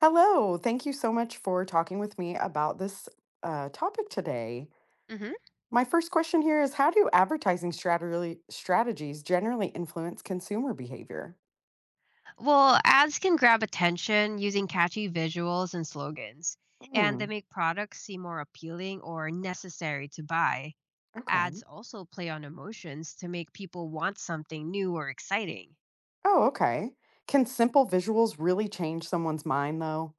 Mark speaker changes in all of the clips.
Speaker 1: Hello. Thank you so much for talking with me about this topic today.
Speaker 2: Hmm.
Speaker 1: My first question here is, how do advertising strategies generally influence consumer behavior?
Speaker 2: Well, ads can grab attention using catchy visuals and slogans, and they
Speaker 1: Hmm.
Speaker 2: make products seem more appealing or necessary to buy. Ads
Speaker 1: Okay.
Speaker 2: also play on emotions to make people want something new or exciting.
Speaker 1: Oh, okay. Can simple visuals really change someone's mind, though?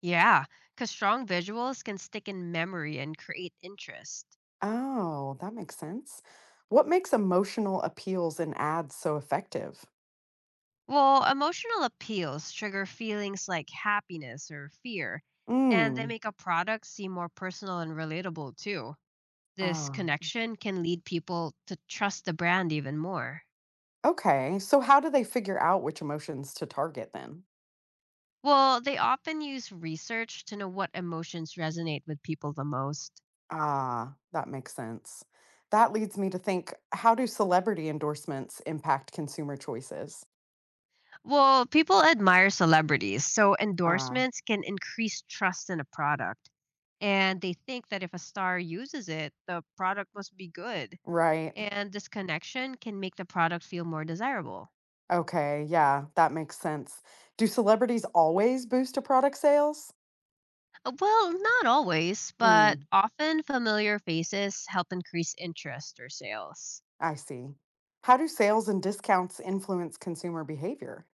Speaker 2: Yeah, because strong visuals can stick in memory and create interest.
Speaker 1: Oh, that makes sense. What makes emotional appeals in ads so effective?
Speaker 2: Well, emotional appeals trigger feelings like happiness or fear, and they
Speaker 1: Hmm.
Speaker 2: make a product seem more personal and relatable too. This
Speaker 1: Ah,
Speaker 2: connection can lead people to trust the brand even more.
Speaker 1: okay. So, how do they figure out which emotions to target then?
Speaker 2: Well, they often use research to know what emotions resonate with people the most.
Speaker 1: Ah, that makes sense. That leads me to think, how do celebrity endorsements impact consumer choices?
Speaker 2: Well, people admire celebrities, so
Speaker 1: Ah,
Speaker 2: endorsements can increase trust in a product. And they think that if a star uses it, the product must be good.
Speaker 1: right.
Speaker 2: And this connection can make the product feel more desirable.
Speaker 1: Okay, yeah, that makes sense. Do celebrities always boost a product sales?
Speaker 2: Well, not always, but
Speaker 1: Hmm,
Speaker 2: often familiar faces help increase interest or sales.
Speaker 1: I see. How do sales and discounts influence consumer behavior?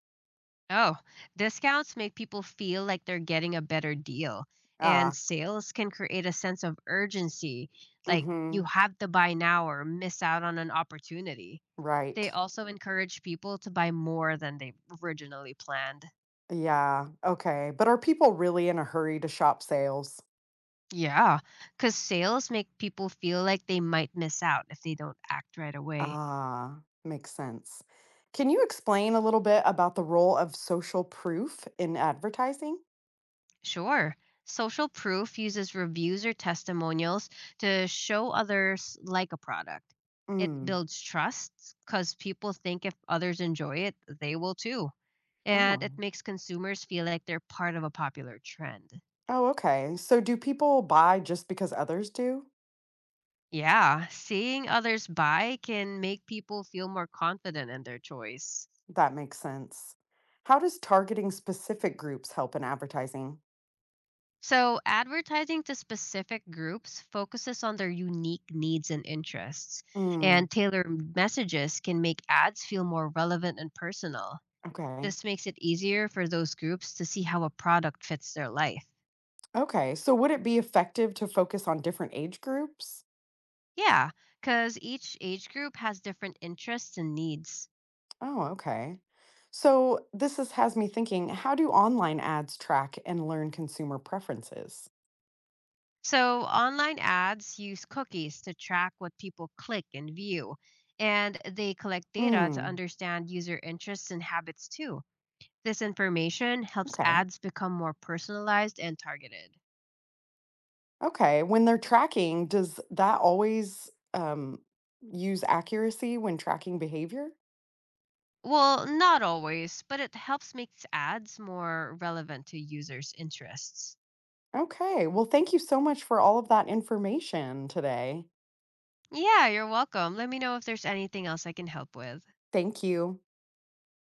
Speaker 2: Oh, discounts make people feel like they're getting a better deal, and
Speaker 1: Ah,
Speaker 2: sales can create a sense of urgency, like
Speaker 1: mm-hmm,
Speaker 2: you have to buy now or miss out on an opportunity. They
Speaker 1: right.
Speaker 2: also encourage people to buy more than they originally planned.
Speaker 1: Yeah, okay. But are people really in a hurry to shop sales?
Speaker 2: Yeah, because sales make people feel like they might miss out if they don't act right away.
Speaker 1: Ah, makes sense. Can you explain a little bit about the role of social proof in advertising?
Speaker 2: Sure. Social proof uses reviews or testimonials to show others like a product. It
Speaker 1: Mm.
Speaker 2: builds trust because people think if others enjoy it, they will too. And it
Speaker 1: Oh.
Speaker 2: makes consumers feel like they're part of a popular trend.
Speaker 1: Oh, okay. So do people buy just because others do?
Speaker 2: Yeah, seeing others buy can make people feel more confident in their choice.
Speaker 1: That makes sense. How does targeting specific groups help in advertising?
Speaker 2: So, advertising to specific groups focuses on their unique needs and interests,
Speaker 1: Mm.
Speaker 2: and tailored messages can make ads feel more relevant and personal.
Speaker 1: Okay.
Speaker 2: This makes it easier for those groups to see how a product fits their life.
Speaker 1: Okay. So would it be effective to focus on different age groups?
Speaker 2: Yeah, because each age group has different interests and needs.
Speaker 1: Oh, okay. So has me thinking, how do online ads track and learn consumer preferences?
Speaker 2: So, online ads use cookies to track what people click and view, and they collect data to
Speaker 1: Mm.
Speaker 2: understand user interests and habits too. This information helps
Speaker 1: Okay.
Speaker 2: ads become more personalized and targeted.
Speaker 1: Okay. When they're tracking, does that always use accuracy when tracking behavior?
Speaker 2: Well, not always, but it helps make ads more relevant to users' interests.
Speaker 1: Okay. Well, thank you so much for all of that information today.
Speaker 2: Yeah, you're welcome. Let me know if there's anything else I can help with.
Speaker 1: Thank you.